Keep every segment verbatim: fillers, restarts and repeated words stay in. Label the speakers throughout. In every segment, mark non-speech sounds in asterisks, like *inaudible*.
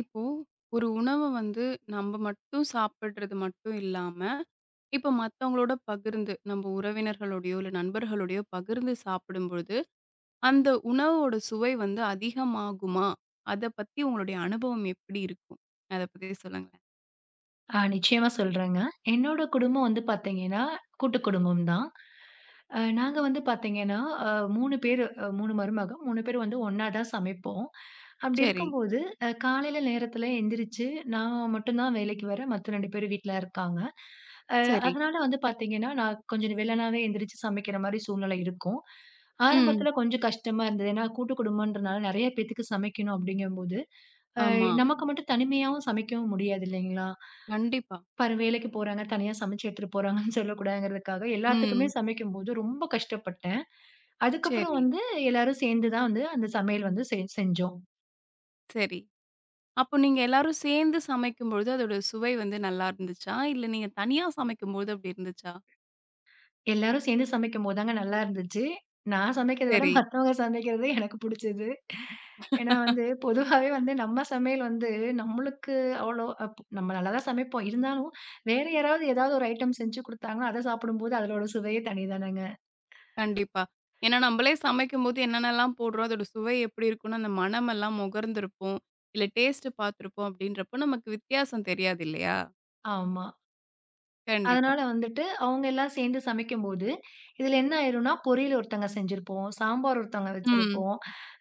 Speaker 1: இப்போ ஒரு உணவ வந்து நம்ம மட்டும் சாப்பிடுறது மட்டும் இல்லாம, இப்போ மத்தவங்களோட பகிர்ந்து நம்ம உறவினர்களோடையோ, இல்ல நண்பர்களோடையோ பகிர்ந்து சாப்பிடும்பொழுது, அந்த உணவோட சுவை வந்து அதிகமாகுமா? அத பத்தி உங்களுடைய அனுபவம் எப்படி இருக்கும்? அத பத்தி சொல்லுங்களேன்.
Speaker 2: ஆ நிச்சயமா சொல்றேங்க. என்னோட குடும்பம் வந்து பார்த்தீங்கன்னா, கூட்டு குடும்பம் தான். அ நாங்க வந்து பார்த்தீங்கன்னா, அ மூணு பேரு, அ மூணு மருமக. மூணு பேரும் வந்து ஒண்ணா தான் சமைப்போம். அப்படி
Speaker 1: சரி,
Speaker 2: இருக்கும்போது, அ காலையில நேரத்தில எந்திரிச்சு, நான் மட்டும் தான் வேலைக்கு வரேன். மத்த ரெண்டு பேரும் வீட்ல இருக்காங்க. அ
Speaker 1: சரி.
Speaker 2: அதனால வந்து பார்த்தீங்கன்னா, நான் கொஞ்சம் வெள்ளனாவே எந்திரிச்சு சமைக்கிற மாரி சூழ்நிலை இருக்கும்.
Speaker 1: ம்.
Speaker 2: ஆரம்பத்தில கொஞ்சம் கஷ்டமா இருந்தது. ஏன்னா கூட்டு குடும்பம்ன்றனால நெறைய பேத்துக்கு சமைக்கணும் அப்படிங்கும்போது, அ
Speaker 1: ஆமா.
Speaker 2: நமக்கு மட்டும் தனிமையாவும் சமைக்கவும் முடியாது இல்லைங்களா?
Speaker 1: கண்டிப்பா.
Speaker 2: பாரு வேலைக்கு போறாங்க, தனியா சமைச்சு எடுத்துட்டு போறாங்கன்னு சொல்லக்கூடாதுங்கிறதுக்காக, எல்லாத்துக்குமே
Speaker 1: ம்.
Speaker 2: சமைக்கும்போது ரொம்ப கஷ்டப்பட்டேன். அதுக்கப்புறம்
Speaker 1: சரி,
Speaker 2: வந்து எல்லாரும் சேர்ந்து தான் வந்து அந்த சமையல் வந்து செ செஞ்சோம்.
Speaker 1: சரி. அப்போ நீங்க எல்லாரும் சேர்ந்து சமைக்கும்பொழுது அதோட சுவை வந்து நல்லா இருந்துச்சா? இல்ல நீங்க தனியா சமைக்கும்போது அப்படி இருந்துச்சா?
Speaker 2: எல்லாரும் சேர்ந்து சமைக்கும்போது தாங்க நல்லா இருந்துச்சு. நான் சமைக்கிறத விட
Speaker 1: சரி.
Speaker 2: மத்தவங்க சமைக்கிறது எனக்கு புடிச்சது. ஏன்னா வந்து பொதுவாவே வந்து நம்ம சமையல் வந்து நம்மளுக்கு அவ்வளோ அப் நம்ம நல்லா தான் சமைப்போம். இருந்தாலும் வேற யாராவது ஏதாவது ஒரு ஐட்டம் செஞ்சு குடுத்தாங்கன்னா, அத சாப்பிடும்போது அதோட சுவையே தனி தானங்க.
Speaker 1: கண்டிப்பா. ஏன்னா நம்பளே சமைக்கும்போது என்னென்னலாம் போடுறோம், அதோட சுவை எப்படி இருக்கும்னு அந்த மனமெல்லாம் முகர்ந்திருப்போம். இல்ல டேஸ்ட் பார்த்துருப்போம் அப்படின்றப்போ நமக்கு வித்தியாசம் தெரியாது இல்லையா?
Speaker 2: ஆமா.
Speaker 1: கண்டிப்பா.
Speaker 2: அதனால வந்துட்டு, அவங்க எல்லாம் சேர்ந்து சமைக்கும்போது, இதில என்ன ஆயிரும்னா, பொரியல் ஒருத்தங்க செஞ்சிருப்போம், சாம்பார் ஒருத்தவங்க
Speaker 1: ம்.
Speaker 2: வச்சிருப்போம்,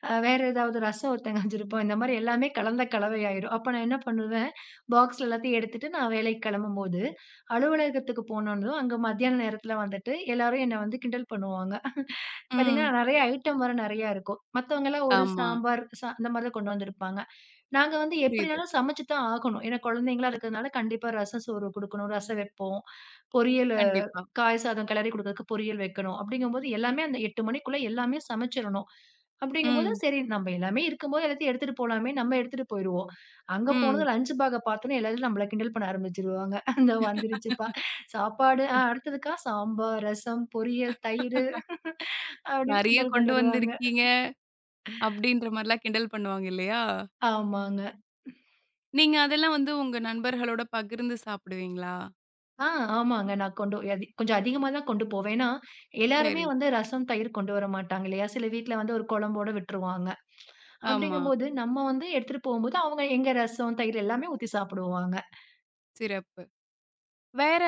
Speaker 2: அ வேற ஏதாவது ரசம் ஒருத்தங்க வச்சிருப்போம். இந்த மாரி எல்லாமே கலந்த கலவையாயிரும். அப்ப நான் என்ன பண்ணுவேன், பாக்ஸ்ல எல்லாத்தையும் எடுத்துட்டு நான் வேலைக்கு கிளம்பும்போது, அலுவலகத்துக்கு போனோனதும், அங்க மத்தியான நேரத்தில வந்துட்டு எல்லாரும் என்ன வந்து கிண்டல் பண்ணுவாங்க. பார்த்தீங்கன்னா,
Speaker 1: ம்.
Speaker 2: நெறைய ஐட்டம் வேற நெறையா இருக்கும். மத்தவங்கலாம் ஒரு
Speaker 1: ஆமா.
Speaker 2: சாம்பார், ச அந்த மாரி தான் கொண்டு வந்திருப்பாங்க. நாங்க வந்து
Speaker 1: புரியுது.
Speaker 2: எப்படினாலும் சமைச்சு தான் ஆகணும். ஏன்னா குழந்தைங்களா இருக்கிறதுனால கண்டிப்பா ரசம் சோறு குடுக்கணும், ரசம் வைப்போம், பொரியல்
Speaker 1: கண்டிப்பா.
Speaker 2: காய் சாதம் கிளறி குடுக்குறதுக்கு பொரியல் வைக்கணும். அப்படிங்கும்போது எல்லாமே அந்த எட்டு மணிக்குள்ள எல்லாமே சமைச்சிரணும். அப்படிங்கும்போது
Speaker 1: ம்.
Speaker 2: சரி நம்ம எல்லாமே இருக்கும்போது எல்லாத்தையும் எடுத்துட்டு போலாமே, நம்ம எடுத்துட்டு போயிருவோம். அங்க
Speaker 1: ம்.
Speaker 2: போனதும் லஞ்ச் பேக்க பார்த்தோனே எல்லாரும் நம்மள கிண்டல் பண்ண ஆரம்பிச்சுருவாங்க. "இந்தா *laughs* வந்துருச்சுப்பா, சாப்பாடு ஆ அடுத்ததுக்கா சாம்பார், ரசம், பொரியல், தயிரு" *laughs* அப்படின்னு
Speaker 1: நெறைய
Speaker 2: கிண்டல்
Speaker 1: கொண்டு
Speaker 2: பண்ணிருவாங்க.
Speaker 1: வந்திருக்கீங்க அப்படின்ற மாரிலாம் கிண்டல் பண்ணுவாங்க இல்லையா?
Speaker 2: ஆமாங்க.
Speaker 1: நீங்க அதெல்லாம் வந்து உங்க நண்பர்களோட பகிர்ந்து சாப்பிடுவீங்களா?
Speaker 2: ஆ ஆமாங்க. நான் கொண்டு அதி கொஞ்சம் அதிகமா தான் கொண்டு போவேன். ஏன்னா எல்லாருமே
Speaker 1: சரி.
Speaker 2: வந்து ரசம், தயிர் கொண்டு வர மாட்டாங்க இல்லையா? சில வீட்ல வந்து ஒரு குழம்போட விட்டுருவாங்க.
Speaker 1: ஆமா.
Speaker 2: அப்படிங்கும்போது, நம்ம வந்து எடுத்துட்டு போகும்போது, அவங்க எங்க ரசம், தயிர் எல்லாமே ஊத்தி சாப்பிடுவாங்க.
Speaker 1: சிறப்பு. வேற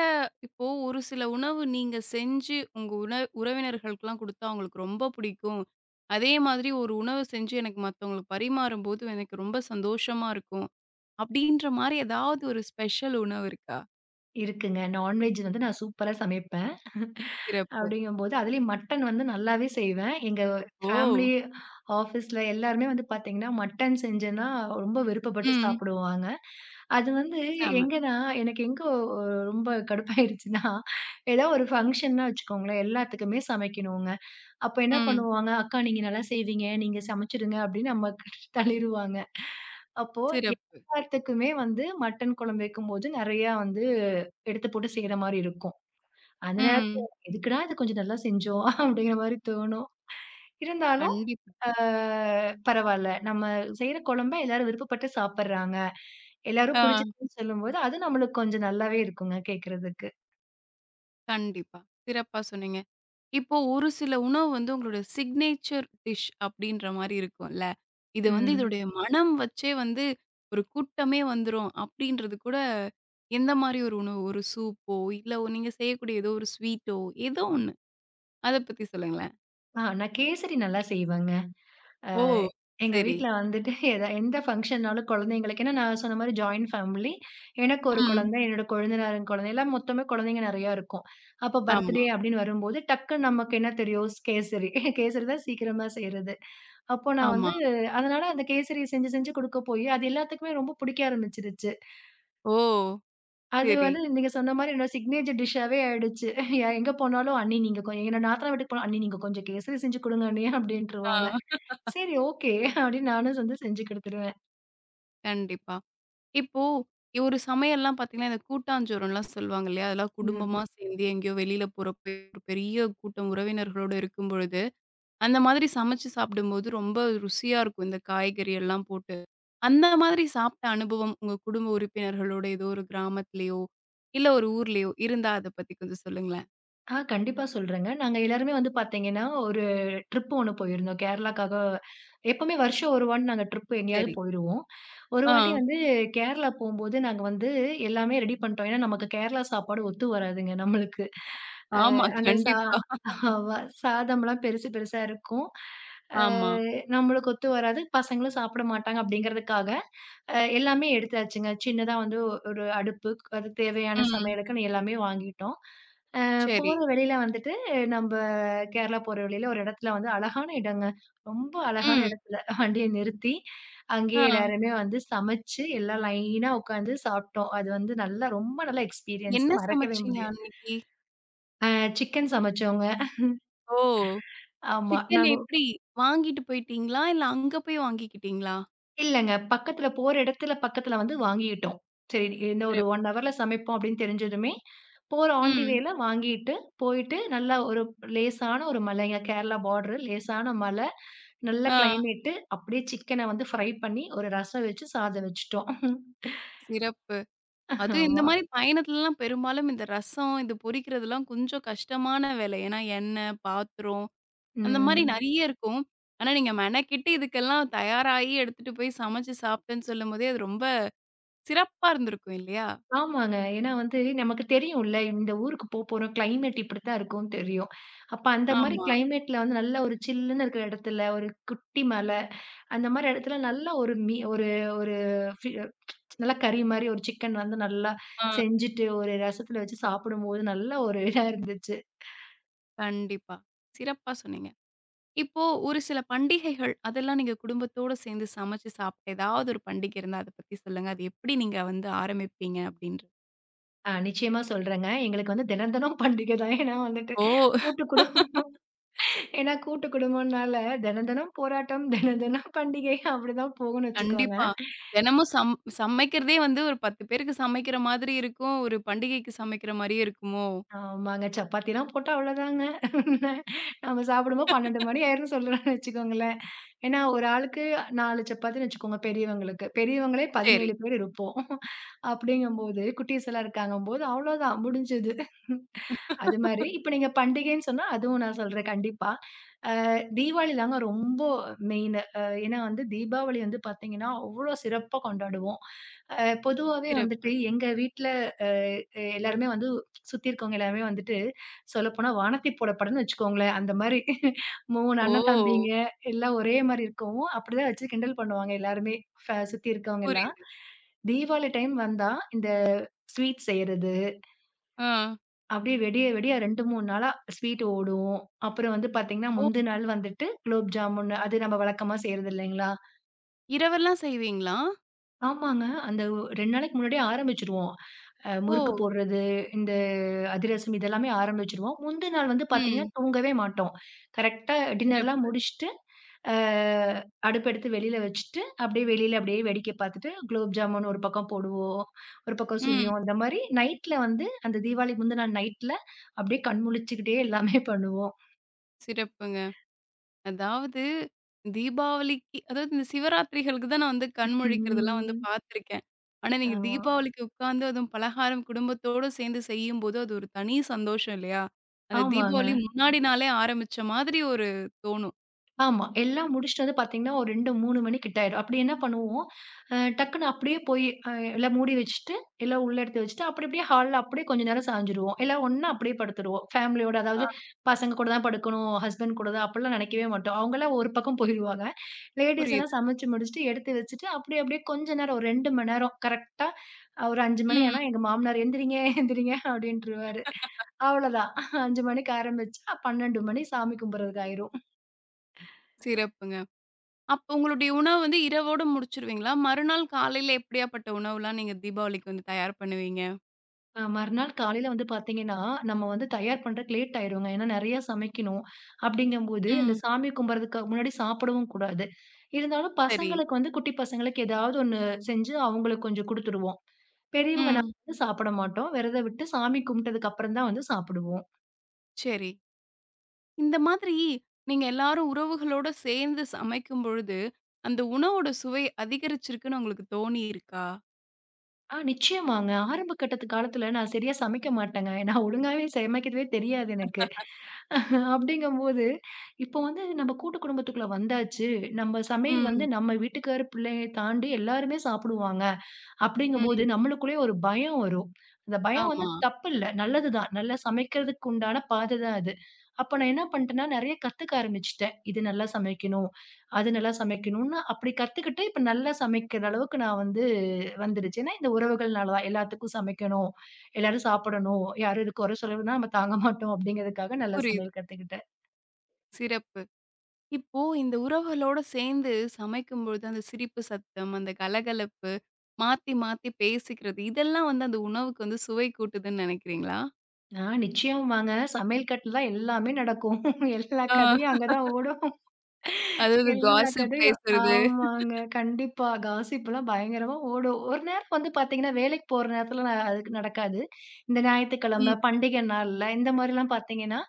Speaker 1: இப்போ ஒரு சில உணவு நீங்க செஞ்சு உங்க உண உறவினர்களுக்குலாம் குடுத்தா அவங்களுக்கு ரொம்ப பிடிக்கும். அதே மாதிரி ஒரு உணவு செஞ்சு எனக்கு மத்தவங்களுக்கு பரிமாறும்போது எனக்கு ரொம்ப சந்தோஷமா இருக்கும். அப்படின்ற மாரி ஏதாவது ஒரு ஸ்பெஷல் உணவு இருக்கா?
Speaker 2: இருக்குங்க. நான்வெஜ் வந்து நான் சூப்பரா சமைப்பேன்.
Speaker 1: சிறப்பு.
Speaker 2: அப்படிங்கும்போது, அதுலயும் மட்டன் வந்து நல்லாவே செய்வேன். எங்க
Speaker 1: ஓ!
Speaker 2: ஃபேமிலி, ஆஃபீஸ்ல எல்லாருமே வந்து பாத்தீங்கன்னா, மட்டன் செஞ்சேன்னா ரொம்ப விருப்பப்பட்டு
Speaker 1: ம்.
Speaker 2: சாப்பிடுவாங்க. அது வந்து
Speaker 1: செம.
Speaker 2: எங்கன்னா, எனக்கு எங்க ஒ ரொம்ப கடுப்பாயிருச்சுன்னா, ஏதோ ஒரு ஃபங்ஷன்னா வச்சுக்கோங்களேன், எல்லாத்துக்குமே சமைக்கணுங்க. அப்ப என்ன
Speaker 1: ம்.
Speaker 2: பண்ணுவாங்க, "அக்கா நீங்க நல்லா செய்வீங்க, நீங்க சமைச்சுடுங்க" அப்படின்னு நம்ம தள்ளிருவாங்க. அப்போ
Speaker 1: சிறப்பு.
Speaker 2: எல்லாத்துக்குமே வந்து மட்டன் குழம்பு வைக்கும்போது நெறையா வந்து எடுத்து போட்டு செய்ற மாரி இருக்கும். அந்த நேரத்துல
Speaker 1: ம்.
Speaker 2: எதுக்குடா இது கொஞ்சம் நல்லா செஞ்சோம் *laughs* அப்படிங்கிற மாரி தோணும். இருந்தாலும்
Speaker 1: கண்டிப்பா.
Speaker 2: அ பரவால்ல. நம்ம செய்ற குழம்ப எல்லாரும் விருப்பப்பட்டு சாப்படுறாங்க. எல்லாரும்
Speaker 1: ஆ.
Speaker 2: புடிச்சதுன்னு சொல்லும்போது, அது நம்மளுக்கு கொஞ்சம் நல்லாவே இருக்குங்க கேட்கறதுக்கு.
Speaker 1: கண்டிப்பா. சிறப்பா சொன்னீங்க. இப்போ ஒரு சில உணவு வந்து உங்களுடைய சிக்னேச்சர் டிஷ் அப்படின்ற மாரி இருக்கும்ல. இது வந்து
Speaker 2: ம்.
Speaker 1: இதோடைய மனம் வச்சே வந்து ஒரு கூட்டமே வந்துரும் அப்படின்றது கூட எந்த மாரி ஒரு உணவு? ஒரு சூப்போ, இல்ல ஒ- நீங்க செய்யக்கூடிய ஏதோ ஒரு ஸ்வீட்டோ, ஏதோ ஒண்ணு. அத பத்தி சொல்லுங்களேன்.
Speaker 2: ஆ நான் கேசரி நல்லா செய்வேங்க. அ
Speaker 1: ஓ!
Speaker 2: எங்க
Speaker 1: சரி.
Speaker 2: வீட்ல வந்துட்டு எதா எந்த ஃபங்ஷன்னாலும் குழந்தைங்களுக்கு ஏன்னா நான் சொன்ன மாரி ஜாயிண்ட் ஃபேமிலி. எனக்கு ஒரு
Speaker 1: ம்.
Speaker 2: குழந்தை, என்னோட கொழுந்தனாரின் குழந்தை எல்லாம் மொத்தமே குழந்தைங்க நெறையா இருக்கும். அப்ப
Speaker 1: ஆமா,
Speaker 2: பர்த்டே அப்படின்னு வரும்போது டக்குன்னு நமக்கு என்ன தெரியும்? கேசரி. கேசரி தான் சீக்கிரமா செய்றது. அப்போ நான்
Speaker 1: ஆமா.
Speaker 2: வந்து அதனால அந்த கேசரி செஞ்சு செஞ்சு குடுக்க போயி, அது எல்லாத்துக்குமே ரொம்ப புடிக்க ஆரம்பிச்சுருச்சு.
Speaker 1: ஓ!
Speaker 2: அது
Speaker 1: சரி.
Speaker 2: வந்து நீங்க சொன்ன மாரி என்னோட சிக்னேச்சர் டிஷ்ஷாவே ஆயிடுச்சு. எ- எங்க போனாலும், "அண்ணி நீங்க கொஞ்" என்னோட நாத்தனார் வீட்டுக்கு போனா, "அண்ணி நீங்க கொஞ்சம் கேசரி செஞ்சு குடுங்க அண்ணி" அப்படின்ருவாங்க.
Speaker 1: ஆ.
Speaker 2: சரி, ஓகே. அப்டின்னு நானும் வந்து செஞ்சு குடுத்துருவேன்.
Speaker 1: கண்டிப்பா. இப்போ ஒரு சமையல்லாம் பார்த்தீங்கன்னா, இந்த கூட்டாஞ்சோறுலாம் சொல்லுவாங்க இல்லையா? அதெல்லாம்
Speaker 2: ம்.
Speaker 1: குடும்பமா சேர்ந்து எங்கேயோ வெளியில போறப்ப ஒரு பெரிய கூட்டம் உறவினர்களோட இருக்கும்பொழுது, அந்த மாதிரி சமைச்சு சாப்பிடும்போது ரொம்ப ருசியா இருக்கும். இந்த காய்கறி எல்லாம் போட்டு. அந்த மாதிரி சாப்பிட்ட அனுபவம் உங்க குடும்ப உறுப்பினர்களோட ஏதோ ஒரு கிராமத்திலயோ, இல்ல ஒரு ஊர்லயோ இருந்தா அத பத்தி கொஞ்சம் சொல்லுங்களேன்?
Speaker 2: ஆ கண்டிப்பா சொல்றேங்க. நாங்க எல்லாருமே வந்து பார்த்தீங்கன்னா, ஒரு ட்ரிப் ஒண்ணு போயிருந்தோம். கேரளாக்காக எப்பவுமே வருஷம் ஒரு வாட்டி நாங்க ட்ரிப் எங்கேயாவது
Speaker 1: சரி.
Speaker 2: போயிருவோம். ஒரு வாட்டி
Speaker 1: ஆ.
Speaker 2: வந்து கேரளா போம்போது நாங்க வந்து எல்லாமே ரெடி பண்ணிட்டோம். ஏன்னா, நமக்கு கேரளா சாப்பாடு ஒத்து வராதுங்க நம்மளுக்கு.
Speaker 1: ஆமா.
Speaker 2: அந்த சா
Speaker 1: கண்டிப்பா.
Speaker 2: ஆமா. சாதம்லாம் பெருசு பெருசா இருக்கும். அ
Speaker 1: ஆமா.
Speaker 2: நம்மளுக்கு ஒத்து வராது. பசங்களும் சாப்பிட மாட்டாங்க அப்டிங்கிறதுக்காக அ எல்லாமே எடுத்தாச்சுங்க. சின்னதா வந்து ஒரு அடுப்பு, அதுக்கு தேவையான
Speaker 1: ம்.
Speaker 2: சமையலுக்குன்னு எல்லாமே வாங்கிட்டோம். அ
Speaker 1: சரி.
Speaker 2: போற வழியில வந்துட்டு நம்ப கேரளா போற வழியில ஒரு இடத்துல வந்து அழகான இடங்க. ரொம்ப அழகான
Speaker 1: ம்.
Speaker 2: இடத்துல வண்டிய நிறுத்தி, அங்கேயே
Speaker 1: ஆ.
Speaker 2: எல்லாருமே வந்து சமைச்சு, எல்லாம் லைனா உட்காந்து சாப்பிட்டோம். அது வந்து நல்லா ரொம்ப நல்ல எக்ஸ்பீரியன்ஸ்
Speaker 1: என்ன
Speaker 2: மறக்கவே
Speaker 1: சமைச்சீங்க
Speaker 2: முடியாது.
Speaker 1: அன்னைக்கு?
Speaker 2: அ சிக்கன் சமைச்சோங்க.
Speaker 1: ஓ!
Speaker 2: ஆமா.
Speaker 1: சிக்கன்
Speaker 2: நாங்க
Speaker 1: எப்படி வாங்கிட்டு போயிட்டீங்களா? இல்ல அங்க போய் வாங்கிக்கிட்டீங்களா?
Speaker 2: இல்லங்க. பக்கத்துல போற இடத்துல பக்கத்துல வந்து வாங்கிட்டோம். சரி இந்த ஒரு
Speaker 1: சிறப்
Speaker 2: 1 ஹவர்ல சமைப்போம் அப்படின்னு தெரிஞ்சதுமே, போற ஆன் தி
Speaker 1: ம்.
Speaker 2: வேல வாங்கிட்டு, போயிட்டு நல்லா ஒரு லேசான ஒரு மலைங்க. கேரளா பார்டர் லேசான மலை. நல்ல
Speaker 1: ஆ.
Speaker 2: கிளைமேட்டு. அப்படியே சிக்கன வந்து ஃப்ரை பண்ணி ஒரு ரசம் வச்சு சாதம் வச்சுட்டோம்.
Speaker 1: சிறப்பு. அதுவும் இந்த
Speaker 2: ஆமா.
Speaker 1: மாரி பயணத்துலலாம் பெரும்பாலும் இந்த ரசம், இது பொரிக்கிறதெல்லாம் கொஞ்சம் கஷ்டமான வேலை. ஏன்னா எண்ணெய், பாத்திரம் அந்த மாரி
Speaker 2: ம்.
Speaker 1: நெறைய இருக்கும். ஆனா நீங்க மெனக்கெட்டு இதுக்கெல்லாம் தயாராகி எடுத்துட்டு போய் சமைச்சு சாப்பிட்டேன்னு சொல்லும்போதே, அது ரொம்ப சிறப்பா இருந்திருக்கும் இல்லையா?
Speaker 2: ஆமாங்க. ஏன்னா வந்து நமக்கு தெரியும்ல, இந்த ஊருக்கு போப்போறோம். கிளைமேட் இப்படித்தான் இருக்கும்னு தெரியும். அப்ப அந்த மாரி
Speaker 1: ஆமா.
Speaker 2: கிளைமேட்ல வந்து நல்ல ஒரு சில்லுன்னு இருக்கிற இடத்துல ஒரு குட்டி மலை அந்த மாரி இடத்துல நல்லா ஒரு மீ ஒரு ஒரு ஃபி நல்லா கறி மாரி ஒரு சிக்கன் வந்து நல்லா
Speaker 1: ஆ.
Speaker 2: செஞ்சுட்டு, ஒரு ரசத்துல வச்சு சாப்பிடும்போது நல்ல ஒரு இதா இருந்துச்சு.
Speaker 1: கண்டிப்பா. சிறப்பா சொன்னீங்க. இப்போ ஒரு சில பண்டிகைகள், அதெல்லாம் நீங்க குடும்பத்தோட சேர்ந்து சமைச்சு சாப்பிட்ட ஏதாவது ஒரு பண்டிகை இருந்தா அத பத்தி சொல்லுங்க. அது எப்படி நீங்க வந்து ஆரம்பிப்பீங்க அப்படின்றது?
Speaker 2: ஆ நிச்சயமா சொல்றேங்க. எங்களுக்கு வந்து தினம் தினம் பண்டிகை தான். ஏன்னா வந்துட்டு
Speaker 1: ஓ!
Speaker 2: கூட்டு குடும் ஏன்னா கூட்டு குடும்பம்னால தினம் தினம் போராட்டம், தினம் தினம் பண்டிகை அப்படிதான் போகும்னு வச்சுக்கோங்க.
Speaker 1: கண்டிப்பா. தினமும் சம் சமைக்கிறதே வந்து ஒரு பத்து பேருக்கு சமைக்கிற மாதிரி இருக்கும். ஒரு பண்டிகைக்கு சமைக்கிற மாரியே இருக்குமோ?
Speaker 2: ஆமாங்க. சப்பாத்திலாம் போட்டா அவ்வளோதாங்க. நம்ம சாப்பிடும்போது பன்னிரண்டு மணி ஆயிரும்ன்னு சொல்றேன்னு வச்சுக்கோங்களேன். ஏன்னா, ஒரு ஆளுக்கு நாலு சப்பாத்தின்னு வச்சுக்கோங்க பெரியவங்களுக்கு. பெரியவங்களே
Speaker 1: சரி.
Speaker 2: பதினேழு பேர் இருப்போம். அப்படிங்கும்போது குட்டீஸ் எல்லாம் இருக்காங்கம்போது அவ்வளோதான் முடிஞ்சுது. அது மாரி, இப்ப நீங்க பண்டிகைன்னு சொன்னா, அதுவும் நான் சொல்றேன் கண்டிப்பா. அ தீபாவளி தாங்க ரொம்ப மெயினு. அ ஏன்னா வந்து தீபாவளி வந்து பாத்தீங்கன்னா, அவ்ளோ சிறப்பா கொண்டாடுவோம். அ பொதுவாவே வந்துட்டு
Speaker 1: சிறப்பு.
Speaker 2: எங்க வீட்ல அ எல்லாருமே வந்து சுத்தி இருக்கவங்க எல்லாருமே வந்துட்டு சொல்லப்போனா வானத்தி போட படம்னு வச்சுக்கோங்களேன். அந்த மாரி *laughs* மூணு அண்ணன் தம்பிங்க
Speaker 1: ஓ!
Speaker 2: எல்லாம் ஒரே மாரி இருக்கவும், அப்படிதான் வச்சு கிண்டல் பண்ணுவாங்க எல்லாருமே, ஃப சுத்தி இருக்கவங்க எல்லாம்.
Speaker 1: புரியுது.
Speaker 2: தீபாவளி டைம் வந்தா இந்த ஸ்வீட் செய்றது
Speaker 1: ஆ.
Speaker 2: அப்படியே வெடிய வெடிய ரெண்டு, மூணு நாளா ஸ்வீட் ஓடும். அப்புறம் வந்து பார்த்தீங்கன்னா,
Speaker 1: ஓ!
Speaker 2: முந்தின நாள் வந்துட்டு குலோப் ஜாமுன் அது நம்ம வழக்கமா செய்றது இல்லைங்களா?
Speaker 1: இரவெல்லாம் செய்வீங்களா?
Speaker 2: ஆமாங்க. அந்த ரெண்டு நாளைக்கு முன்னாடியே ஆரம்பிச்சுருவோம். அ
Speaker 1: ஓ!
Speaker 2: முறுக்கு போடுறது, இந்த அதிரசம் இதெல்லாமே ஆரம்பிச்சுருவோம். முந்தின நாள் வந்து பார்த்தீங்கன்னா,
Speaker 1: ம்.
Speaker 2: தூங்கவே மாட்டோம். கரெக்ட்டா டின்னர்லாம்
Speaker 1: சிறப்பு.
Speaker 2: முடிச்சுட்டு, அ அடுப்பெடுத்து வெளியில வச்சுட்டு, அப்படியே வெளியில அப்படியே வேடிக்கை பார்த்துட்டு, குலோப் ஜாமுன் ஒரு பக்கம் போடுவோம். ஒரு பக்கம்
Speaker 1: ம்.
Speaker 2: சுழியம். அந்த மாரி நைட்ல வந்து அந்த தீபாவளிக்கு முந்தின நாள் நைட்ல அப்படியே கண் முழிச்சுக்கிட்டே எல்லாமே பண்ணுவோம்.
Speaker 1: சிறப்புங்க. அதாவது தீபாவளிக்கு அதாவது இந்த சிவராத்திரிகளுக்கு தான் நான் வந்து கண் முழிக்கிறதெல்லாம் வந்து
Speaker 2: ம்.
Speaker 1: பார்த்துருக்கேன். ஆனா, நீங்க
Speaker 2: ஆமா.
Speaker 1: தீபாவளிக்கு உட்கார்ந்து அதுவும் பலகாரம் குடும்பத்தோட சேர்ந்து செய்யும்போது, அது ஒரு தனி சந்தோஷம் இல்லையா? அந்த
Speaker 2: ஆமாங்க.
Speaker 1: தீபாவளி முன்னாடி நாளே ஆரம்பிச்ச மாதிரி ஒரு தோணும்.
Speaker 2: ஆமா. எல்லாம் முடிச்சுட்டு வந்து பார்த்தீங்கன்னா, ஒரு ரெண்டு, மூணு மணி கிட்ட ஆயிரும். அப்படி என்ன பண்ணுவோம், அ டக்குன்னு அப்படியே போய் அ எல்லாம் மூடி வச்சுட்டு, எல்லாம் உள்ள எடுத்து வச்சுட்டு, அப்படி அப்படியே ஹால்ல அப்படியே கொஞ்ச நேரம் சாஞ்சுருவோம். எல்லாம் ஒண்ணா அப்படியே படுத்துருவோம். ஃபேமிலியோட அதாவது
Speaker 1: ஆ.
Speaker 2: பசங்க கூட தான் படுக்கணும், ஹஸ்பண்ட் கூட தான் அப்படிலாம் நினைக்கவே மாட்டோம். அவங்கலாம் ஒரு பக்கம் போயிருவாங்க. லேடீஸ்
Speaker 1: புரியுது.
Speaker 2: எல்லாம் சமைச்சு முடிச்சுட்டு எடுத்து வச்சுட்டு, அப்படி அப்படியே கொஞ்ச நேரம் ஒரு ரெண்டு மணி நேரம் கரெக்ட்டா ஒரு அஞ்சு மணி
Speaker 1: ம்.
Speaker 2: ஆனா எங்க மாமனார் எந்திரிங்க எந்திரிங்க அப்படின்ருவாரு. அவ்வளோதான். அஞ்சு மணிக்கு ஆரம்பிச்சா பன்னிரண்டு மணி சாமி கும்பிடுறதுக்கு ஆயிரும்.
Speaker 1: சிறப்புங்க. அப்ப உங்களுடைய உணவு வந்து இரவோட முடிச்சுருவீங்களா? மறுநாள் காலையில எப்படியாப்பட்ட உணவுலாம் நீங்க தீபாவளிக்கு வந்து தயார் பண்ணுவீங்க?
Speaker 2: அ மறுநாள் காலையில வந்து பார்த்தீங்கன்னா, நம்ம வந்து தயார் பண்றதுக்கு லேட் ஆயிருங்க. ஏன்னா நெறைய சமைக்கணும். அப்படிங்கும்போது இந்த
Speaker 1: ம்.
Speaker 2: சாமி கும்பிடுறதுக்கு முன்னாடி சாப்பிடவும் கூடாது. இருந்தாலும்
Speaker 1: சரி.
Speaker 2: பசங்களுக்கு வந்து குட்டி பசங்களுக்கு ஏதாவது ஒண்ணு செஞ்சு அவங்களுக்கு கொஞ்சம் குடுத்துருவோம். பெரியவங்க நான்
Speaker 1: ம்.
Speaker 2: வந்து சாப்பிட மாட்டோம். விரத விட்டு சாமி கும்பிட்டதுக்கு அப்புறம் தான் வந்து சாப்பிடுவோம்.
Speaker 1: சரி. இந்த மாதிரி நீங்க எல்லாரும் உறவுகளோட சேர்ந்து சமைக்கும் பொழுது, அந்த உணவோட சுவை அதிகரிச்சிருக்குன்னு உங்களுக்கு தோணியிருக்கா?
Speaker 2: ஆ நிச்சயமாங்க. ஆரம்ப கட்டத்து காலத்துல நான் சரியா சமைக்க மாட்டேங்க. நான் ஒழுங்காவே சமைக்கவே தெரியாது எனக்கு. அப்படிங்கும்போது, இப்போ வந்து நம்ம கூட்டு குடும்பத்துக்குள்ள வந்தாச்சு. நம்ம சமையல் வந்து
Speaker 1: ம்,
Speaker 2: நம்ம வீட்டுக்காரு, பிள்ளைய தாண்டி எல்லாருமே சாப்பிடுவாங்க. அப்படிங்கும்போது
Speaker 1: ம்.
Speaker 2: நம்மளுக்குள்ளேயே ஒரு பயம் வரும். அந்த பயம் வந்து
Speaker 1: ஆமா.
Speaker 2: தப்பில்ல. நல்லது தான். நல்லா சமைக்கிறதுக்கு உண்டான பாதை தான் அது. அப்ப நான் என்ன பண்ணிட்டேன்னா, நெறைய கத்துக்க ஆரம்பிச்சுட்டேன். இது நல்லா சமைக்கணும், அது நல்லா சமைக்கணும்னு அப்படி கத்துக்கிட்டு, இப்ப நல்லா சமைக்கிற அளவுக்கு நான் வந்து வந்துருச்சு. ஏன்னா இந்த உறவுகள்னால தான். எல்லாத்துக்கும் சமைக்கணும், எல்லாரும் சாப்பிடணும், யாரும் இது குறை சொல்லணும்னா நம்ம தாங்க மாட்டோம் அப்படிங்கிறதுக்காக நல்லா
Speaker 1: புரியுது.
Speaker 2: சமையல் கத்துக்கிட்டேன்.
Speaker 1: சிறப்பு. இப்போ இந்த உறவுகளோட சேர்ந்து சமைக்கும்பொழுது, அந்த சிரிப்பு சத்தம், அந்த கலகலப்பு, மாத்தி மாத்தி பேசிக்கிறது, இதெல்லாம் வந்து அந்த உணவுக்கு வந்து சுவை கூட்டுதுன்னு நினைக்கிறீங்களா?
Speaker 2: ஆ நிச்சயம் வாங்க. சமையல் கட்டுல தான் எல்லாமே நடக்கும். *laughs* எல்லா
Speaker 1: ஆ,
Speaker 2: கதையும் அங்க தான் ஓடும்.
Speaker 1: அதாவது
Speaker 2: எல்லா
Speaker 1: காசிப்
Speaker 2: கதையும்.
Speaker 1: பேசுறது.
Speaker 2: ஆமாங்க. கண்டிப்பா. காசிப்லாம் பயங்கரமா ஓடும். ஒரு நேரம் வந்து பார்த்தீங்கன்னா, வேலைக்கு போற நேரத்துல நான் அதுக்கு நடக்காது. இந்த
Speaker 1: ம்.
Speaker 2: ஞாயித்துக்கிழமை, பண்டிகை நாள்ல இந்த மாரிலாம் பார்த்தீங்கன்னா,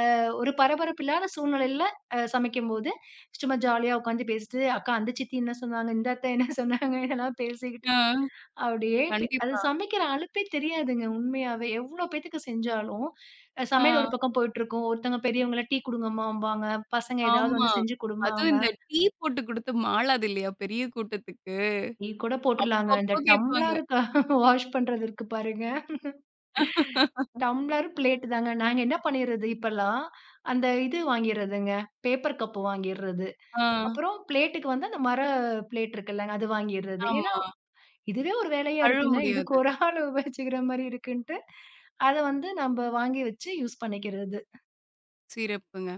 Speaker 2: அ ஒரு பரபரப்பு இல்லாத சூழ்நிலையில அ சமைக்கும்போது, சும்மா ஜாலியா உட்காந்து பேசிட்டு, அக்கா அந்த சித்தி என்ன சொன்னாங்க, இந்த அத்தை என்ன சொன்னாங்க இதெல்லாம் பேசிக்கிட்டு
Speaker 1: ஆ.
Speaker 2: அப்படியே பி அது
Speaker 1: கண்டிப்பா.
Speaker 2: சமைக்கிற அலுப்பே தெரியாதுங்க உண்மையாவே. எவ்ளோ பேத்துக்கு செஞ்சாலும், அ சமையல் ஒரு
Speaker 1: ஆ,
Speaker 2: பக்கம் போயிட்டுருக்கும். ஒருத்தங்க பெரியவங்கள டீ குடுங்கம்மாம்பாங்க. பசங்க ஏதாவது
Speaker 1: ஆமா.
Speaker 2: வந்து செஞ்சு
Speaker 1: அதுவும்
Speaker 2: குடும்பாங்க.
Speaker 1: இந்த டீ போட்டு குடுத்து மாளாது இல்லையா பெரிய கூட்டத்துக்கு?
Speaker 2: டீ கூட போட்டுர்லாங்க. இந்த
Speaker 1: அப்பப்போ
Speaker 2: டம்ளர்
Speaker 1: கேட்பாங்க.
Speaker 2: க *laughs* வாஷ் பண்றது இருக்கு பாருங்க. டம்ளர், பிளேட் தாங்க. நாங்க என்ன பண்ணிறது இப்பல்லாம், அந்த இது வாங்கிறதுங்க. பேப்பர் கப் வாங்கிறது.
Speaker 1: ஆ,
Speaker 2: அப்புறம் பிளேட்டுக்கு வந்து அந்த மர பிளேட் இருக்குல்லங்க. அது வாங்கிறது.
Speaker 1: ஆமா.
Speaker 2: ஏன்னா இதுவே ஒரு வேலையா
Speaker 1: கழுவ
Speaker 2: இருக்குங்க. இதுக்கு
Speaker 1: முடியாது.
Speaker 2: ஒரு ஆள் உபயோகிச்சுக்கிற மாரி இருக்குன்ட்டு, அத வந்து நம்ப வாங்கி வச்சு யூஸ் பண்ணிக்கிறது.
Speaker 1: சிறப்புங்க.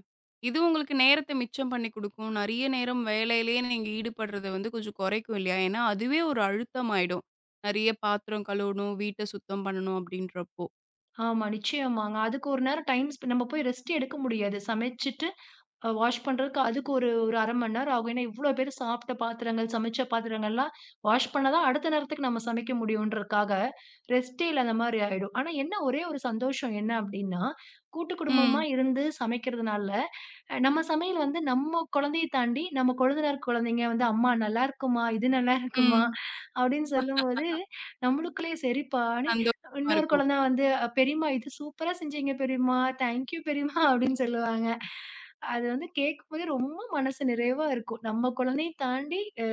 Speaker 1: இது உங்களுக்கு நேரத்த மிச்சம் பண்ணி குடுக்கும். நெறைய நேரம் வேலையிலேயே நீங்க ஈடுபடுறத வந்து கொஞ்சம் குறைக்கும் இல்லையா? ஏன்னா, அதுவே ஒரு அழுத்தம் ஆயிடும். நெறைய பாத்திரம் கழுவணும், வீட்ட சுத்தம் பண்ணணும் அப்படின்றப்போ.
Speaker 2: ஆமா, நிச்சயமாங்க. அதுக்கு ஒரு நேரம் டைம் ஸ்பெ நம்ம போய் ரெஸ்ட் எடுக்க முடியாது. சமைச்சுட்டு அ வாஷ் பண்றதுக்கு அதுக்கு ஒரு ஒரு அரை மணி நேரம் ஆகும். ஏன்னா, இவ்ளோ பேர் சாப்பிட்ட பாத்திரங்கள், சமைச்ச பாத்திரங்கள்லாம் வாஷ் பண்ணா தான் அடுத்த நேரத்துக்கு நம்ம சமைக்க முடியுன்றதுக்காக, ரெஸ்ட்டே இல்லாத மாரி ஆயிடும். ஆனா என்ன ஒரே ஒரு சந்தோஷம் என்ன அப்டின்னா, கூட்டு குடும்பமா
Speaker 1: ம்,
Speaker 2: இருந்து சமைக்கிறதுனால அ நம்ம சமையல் வந்து நம்ம குழந்தைய தாண்டி, நம்ம கொழுந்தனார் குழந்தைங்க வந்து, "அம்மா நல்லாருக்குமா? இது நல்லாருக்குமா?"
Speaker 1: ம்.
Speaker 2: அப்படின்னு சொல்லும்போது, நம்மளுக்குள்ளயே சரிப்பான்னு
Speaker 1: சந்தோஷமா
Speaker 2: இன்னொரு
Speaker 1: இருக்கும்.
Speaker 2: குழந்த வந்து, "அ பெரியம்மா இது சூப்பரா செஞ்சீங்க பெரியம்மா. தேங்க்யூ பெரியம்மா" அப்படின்னு சொல்லுவாங்க. அது வந்து கேட்கும்போதே ரொம்ப மனசு நிறைவா இருக்கும். நம்ம குழந்தைய தாண்டி அ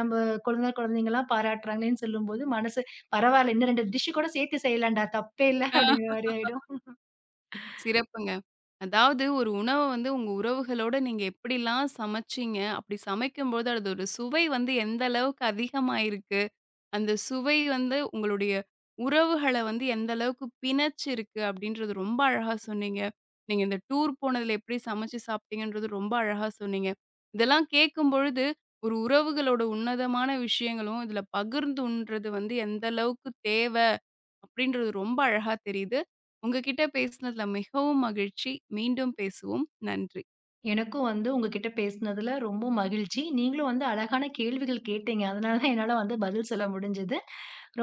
Speaker 2: நம்ம கொழுந்தனார் குழந்தைங்கலாம் பாராட்டுறாங்களேன்னு சொல்லும்போது, மனசு "பரவால்ல, இன்னும் ரெண்டு டிஷ் கூட சேர்த்து செய்யலாம்டா, தப்பே இல்ல"
Speaker 1: ஆ,
Speaker 2: அப்படிங்கிற மாரி ஆயிடும்.
Speaker 1: சிறப்புங்க. அதாவது ஒரு உணவ வந்து உங்க உறவுகளோட நீங்க எப்படிலாம் சமைச்சீங்க? அப்படி சமைக்கும்போது அதோட சுவை வந்து எந்த அளவுக்கு அதிகமாயிருக்கு? அந்த சுவை வந்து உங்களுடைய உறவுகள வந்து எந்த அளவுக்கு பிணைச்சிருக்கு அப்படின்றது ரொம்ப அழகா சொன்னீங்க. நீங்க இந்த டூர் போனதுல எப்படி சமைச்சு சாப்பிட்டீங்கன்றது ரொம்ப அழகா சொன்னீங்க. இதெல்லாம் கேட்கும்பொழுது, ஒரு உறவுகளோட உன்னதமான விஷயங்களும், இதுல பகிர்ந்து உண்றது வந்து எந்த அளவுக்கு தேவை அப்படின்றது ரொம்ப அழகா தெரியுது. உங்ககிட்ட பேசினதுல மிகவும் மகிழ்ச்சி. மீண்டும் பேசுவோம். நன்றி.
Speaker 2: எனக்கும் வந்து உங்ககிட்ட பேசினதுல ரொம்ப மகிழ்ச்சி. நீங்களும் வந்து அழகான கேள்விகள் கேட்டீங்க. அதனால தான் என்னால வந்து பதில் சொல்ல முடிஞ்சது.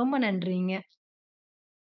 Speaker 2: ரொம்ப நன்றிங்க.